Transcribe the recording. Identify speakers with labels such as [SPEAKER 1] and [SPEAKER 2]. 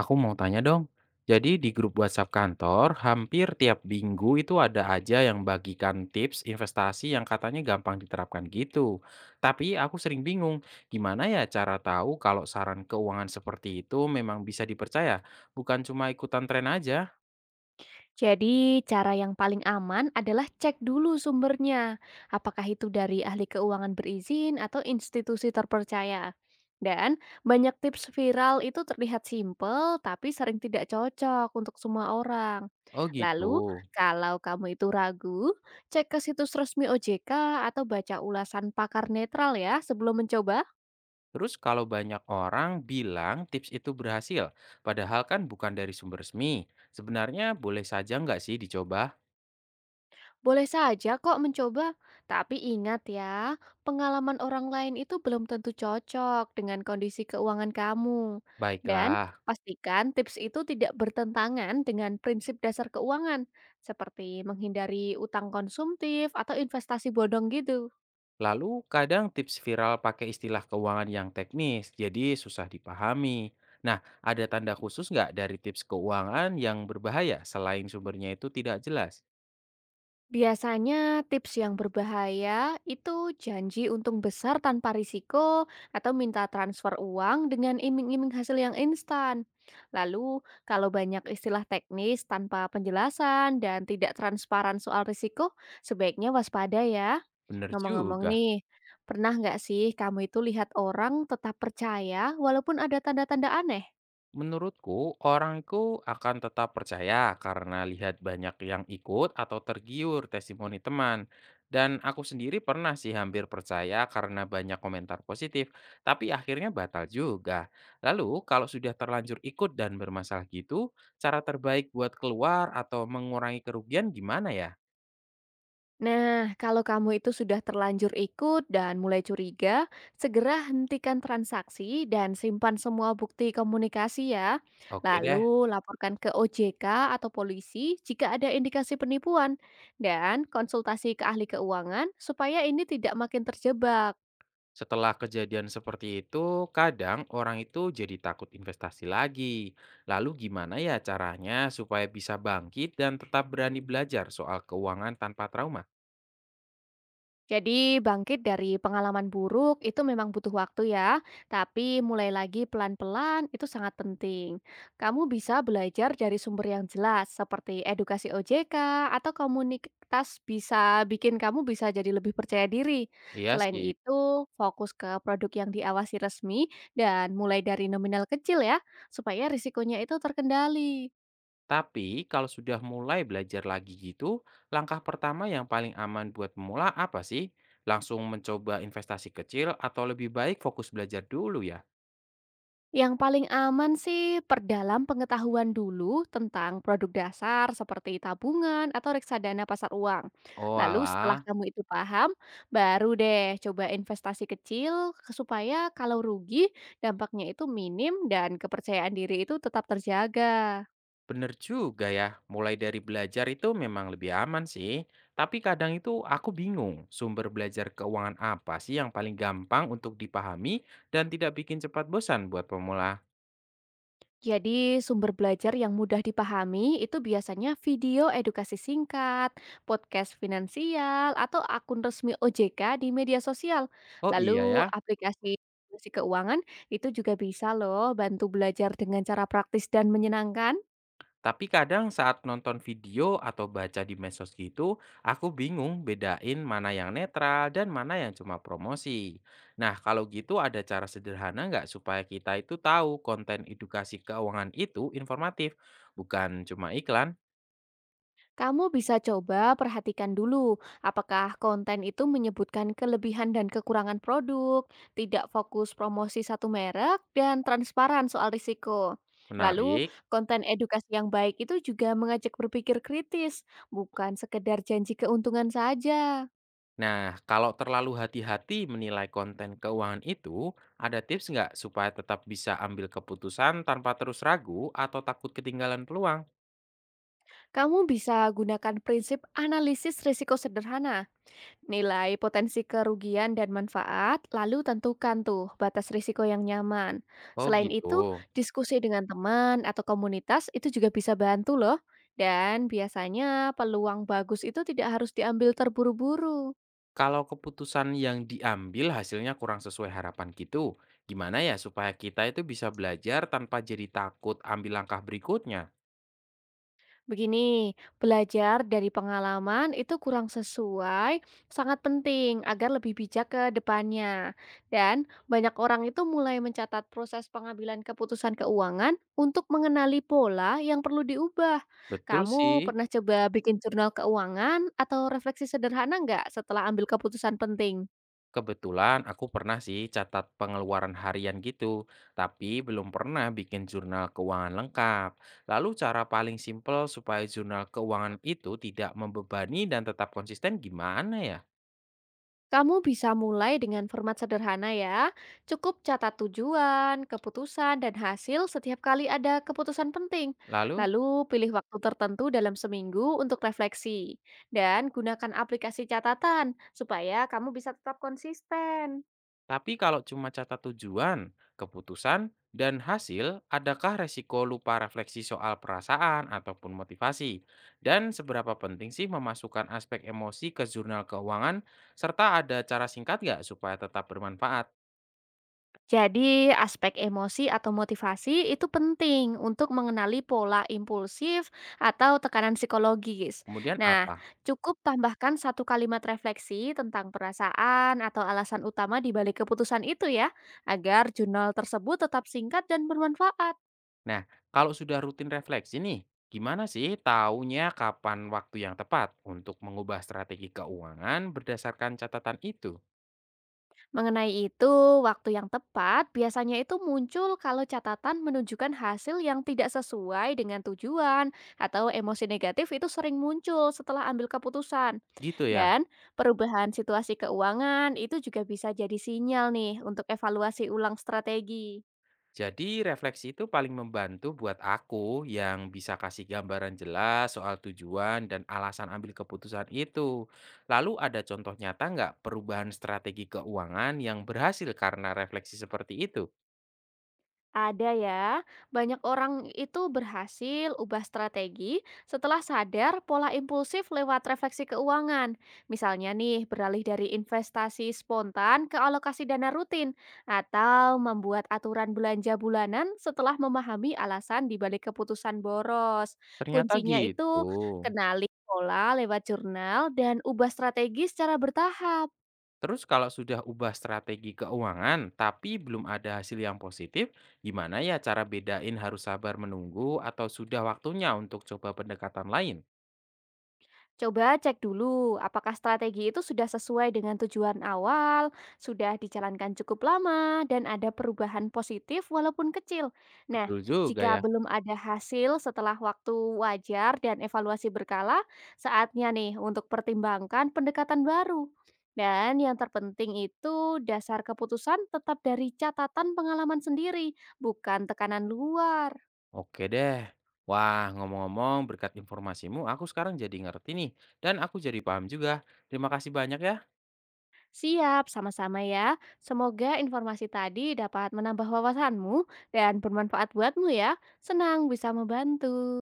[SPEAKER 1] Aku mau tanya dong. Jadi di grup WhatsApp kantor, hampir tiap minggu itu ada aja yang bagikan tips investasi yang katanya gampang diterapkan gitu. Tapi aku sering bingung, gimana ya cara tahu kalau saran keuangan seperti itu memang bisa dipercaya, bukan cuma ikutan tren aja.
[SPEAKER 2] Jadi, cara yang paling aman adalah cek dulu sumbernya, apakah itu dari ahli keuangan berizin atau institusi terpercaya. Dan banyak tips viral itu terlihat simpel, tapi sering tidak cocok untuk semua orang.
[SPEAKER 1] Oh gitu.
[SPEAKER 2] Lalu, kalau kamu itu ragu, cek ke situs resmi OJK atau baca ulasan pakar netral ya sebelum mencoba.
[SPEAKER 1] Terus kalau banyak orang bilang tips itu berhasil, padahal kan bukan dari sumber resmi, sebenarnya boleh saja nggak sih dicoba?
[SPEAKER 2] Boleh saja kok mencoba, tapi ingat ya, pengalaman orang lain itu belum tentu cocok dengan kondisi keuangan kamu. Dan
[SPEAKER 1] Baiklah.
[SPEAKER 2] pastikan tips itu tidak bertentangan dengan prinsip dasar keuangan, seperti menghindari utang konsumtif atau investasi bodong gitu.
[SPEAKER 1] Lalu kadang tips viral pakai istilah keuangan yang teknis, jadi susah dipahami. Nah, ada tanda khusus nggak dari tips keuangan yang berbahaya selain sumbernya itu tidak jelas?
[SPEAKER 2] Biasanya tips yang berbahaya itu janji untung besar tanpa risiko atau minta transfer uang dengan iming-iming hasil yang instan. Lalu, kalau banyak istilah teknis tanpa penjelasan dan tidak transparan soal risiko, sebaiknya waspada ya.
[SPEAKER 1] Bener
[SPEAKER 2] Ngomong-ngomong
[SPEAKER 1] juga.
[SPEAKER 2] nih, pernah nggak sih kamu itu lihat orang tetap percaya walaupun ada tanda-tanda aneh?
[SPEAKER 1] Menurutku, orang itu akan tetap percaya karena lihat banyak yang ikut atau tergiur testimoni teman. Dan aku sendiri pernah sih hampir percaya karena banyak komentar positif, tapi akhirnya batal juga. Lalu, kalau sudah terlanjur ikut dan bermasalah gitu, cara terbaik buat keluar atau mengurangi kerugian gimana ya?
[SPEAKER 2] Nah, kalau kamu itu sudah terlanjur ikut dan mulai curiga, segera hentikan transaksi dan simpan semua bukti komunikasi ya.
[SPEAKER 1] Oke deh.
[SPEAKER 2] Lalu laporkan ke OJK atau polisi jika ada indikasi penipuan dan konsultasi ke ahli keuangan supaya ini tidak makin terjebak.
[SPEAKER 1] Setelah kejadian seperti itu, kadang orang itu jadi takut investasi lagi. Lalu gimana ya caranya supaya bisa bangkit dan tetap berani belajar soal keuangan tanpa trauma?
[SPEAKER 2] Jadi bangkit dari pengalaman buruk itu memang butuh waktu ya, tapi mulai lagi pelan-pelan itu sangat penting. Kamu bisa belajar dari sumber yang jelas seperti edukasi OJK atau komunitas bisa bikin kamu bisa jadi lebih percaya diri.
[SPEAKER 1] Iya
[SPEAKER 2] Selain
[SPEAKER 1] sih.
[SPEAKER 2] itu, fokus ke produk yang diawasi resmi dan mulai dari nominal kecil ya, supaya risikonya itu terkendali.
[SPEAKER 1] Tapi kalau sudah mulai belajar lagi gitu, langkah pertama yang paling aman buat pemula apa sih? Langsung mencoba investasi kecil atau lebih baik fokus belajar dulu ya?
[SPEAKER 2] Yang paling aman sih perdalam pengetahuan dulu tentang produk dasar seperti tabungan atau reksadana pasar uang.
[SPEAKER 1] Oh
[SPEAKER 2] Lalu setelah
[SPEAKER 1] alah.
[SPEAKER 2] kamu itu paham, baru deh coba investasi kecil supaya kalau rugi dampaknya itu minim dan kepercayaan diri itu tetap terjaga.
[SPEAKER 1] Bener juga ya, mulai dari belajar itu memang lebih aman sih. Tapi kadang itu aku bingung sumber belajar keuangan apa sih yang paling gampang untuk dipahami dan tidak bikin cepat bosan buat pemula.
[SPEAKER 2] Jadi, sumber belajar yang mudah dipahami itu biasanya video edukasi singkat, podcast finansial, atau akun resmi OJK di media sosial.
[SPEAKER 1] Oh iya
[SPEAKER 2] Lalu,
[SPEAKER 1] ya,
[SPEAKER 2] aplikasi edukasi keuangan itu juga bisa loh bantu belajar dengan cara praktis dan menyenangkan.
[SPEAKER 1] tapi kadang saat nonton video atau baca di medsos gitu, aku bingung bedain mana yang netral dan mana yang cuma promosi. Nah kalau gitu ada cara sederhana nggak supaya kita itu tahu konten edukasi keuangan itu informatif, bukan cuma iklan?
[SPEAKER 2] Kamu bisa coba perhatikan dulu apakah konten itu menyebutkan kelebihan dan kekurangan produk, tidak fokus promosi satu merek, dan transparan soal risiko. Lalu,
[SPEAKER 1] Menarik.
[SPEAKER 2] konten edukasi yang baik itu juga mengajak berpikir kritis, bukan sekedar janji keuntungan saja.
[SPEAKER 1] Nah, kalau terlalu hati-hati menilai konten keuangan itu, ada tips nggak supaya tetap bisa ambil keputusan tanpa terus ragu atau takut ketinggalan peluang?
[SPEAKER 2] Kamu bisa gunakan prinsip analisis risiko sederhana. Nilai potensi kerugian dan manfaat, lalu tentukan tuh batas risiko yang nyaman.
[SPEAKER 1] Oh
[SPEAKER 2] Selain itu,
[SPEAKER 1] gitu.
[SPEAKER 2] diskusi dengan teman atau komunitas itu juga bisa bantu loh. Dan biasanya peluang bagus itu tidak harus diambil terburu-buru.
[SPEAKER 1] Kalau keputusan yang diambil hasilnya kurang sesuai harapan gitu, gimana ya supaya kita itu bisa belajar tanpa jadi takut ambil langkah berikutnya?
[SPEAKER 2] Begini, belajar dari pengalaman itu kurang sesuai, sangat penting agar lebih bijak ke depannya. Dan banyak orang itu mulai mencatat proses pengambilan keputusan keuangan untuk mengenali pola yang perlu diubah.
[SPEAKER 1] Betul
[SPEAKER 2] Kamu
[SPEAKER 1] sih.
[SPEAKER 2] pernah coba bikin jurnal keuangan atau refleksi sederhana nggak setelah ambil keputusan penting?
[SPEAKER 1] Kebetulan aku pernah sih catat pengeluaran harian gitu, tapi belum pernah bikin jurnal keuangan lengkap. Lalu cara paling simpel supaya jurnal keuangan itu tidak membebani dan tetap konsisten gimana ya?
[SPEAKER 2] Kamu bisa mulai dengan format sederhana ya. Cukup catat tujuan, keputusan, dan hasil setiap kali ada keputusan penting.
[SPEAKER 1] Lalu,
[SPEAKER 2] Lalu pilih waktu tertentu dalam seminggu untuk refleksi. Dan gunakan aplikasi catatan supaya kamu bisa tetap konsisten.
[SPEAKER 1] tapi kalau cuma catat tujuan, keputusan, dan hasil, adakah resiko lupa refleksi soal perasaan ataupun motivasi? Dan seberapa penting sih memasukkan aspek emosi ke jurnal keuangan, serta ada cara singkat nggak supaya tetap bermanfaat?
[SPEAKER 2] Jadi, aspek emosi atau motivasi itu penting untuk mengenali pola impulsif atau tekanan psikologis.
[SPEAKER 1] Kemudian
[SPEAKER 2] Nah,
[SPEAKER 1] apa?
[SPEAKER 2] cukup tambahkan satu kalimat refleksi tentang perasaan atau alasan utama di balik keputusan itu ya, agar jurnal tersebut tetap singkat dan bermanfaat.
[SPEAKER 1] Nah, kalau sudah rutin refleksi nih, gimana sih taunya kapan waktu yang tepat untuk mengubah strategi keuangan berdasarkan catatan itu?
[SPEAKER 2] Mengenai itu, waktu yang tepat biasanya itu muncul kalau catatan menunjukkan hasil yang tidak sesuai dengan tujuan atau emosi negatif itu sering muncul setelah ambil keputusan.
[SPEAKER 1] Gitu ya.
[SPEAKER 2] Dan perubahan situasi keuangan itu juga bisa jadi sinyal nih untuk evaluasi ulang strategi.
[SPEAKER 1] Jadi refleksi itu paling membantu buat aku yang bisa kasih gambaran jelas soal tujuan dan alasan ambil keputusan itu. Lalu ada contoh nyata nggak perubahan strategi keuangan yang berhasil karena refleksi seperti itu?
[SPEAKER 2] Ada ya, banyak orang itu berhasil ubah strategi setelah sadar pola impulsif lewat refleksi keuangan. Misalnya nih, beralih dari investasi spontan ke alokasi dana rutin, atau membuat aturan belanja bulanan setelah memahami alasan dibalik keputusan boros.
[SPEAKER 1] Ternyata
[SPEAKER 2] Kuncinya
[SPEAKER 1] gitu.
[SPEAKER 2] itu kenali pola lewat jurnal dan ubah strategi secara bertahap.
[SPEAKER 1] Terus kalau sudah ubah strategi keuangan tapi belum ada hasil yang positif, gimana ya cara bedain harus sabar menunggu atau sudah waktunya untuk coba pendekatan lain?
[SPEAKER 2] Coba cek dulu apakah strategi itu sudah sesuai dengan tujuan awal, sudah dijalankan cukup lama, dan ada perubahan positif walaupun kecil. Nah,
[SPEAKER 1] Betul juga
[SPEAKER 2] jika
[SPEAKER 1] ya.
[SPEAKER 2] belum ada hasil setelah waktu wajar dan evaluasi berkala, saatnya nih untuk pertimbangkan pendekatan baru. Dan yang terpenting itu dasar keputusan tetap dari catatan pengalaman sendiri, bukan tekanan luar.
[SPEAKER 1] Oke deh. Wah, ngomong-ngomong berkat informasimu aku sekarang jadi ngerti nih dan aku jadi paham juga. Terima kasih banyak ya.
[SPEAKER 2] Siap, sama-sama ya. Semoga informasi tadi dapat menambah wawasanmu dan bermanfaat buatmu ya. Senang bisa membantu.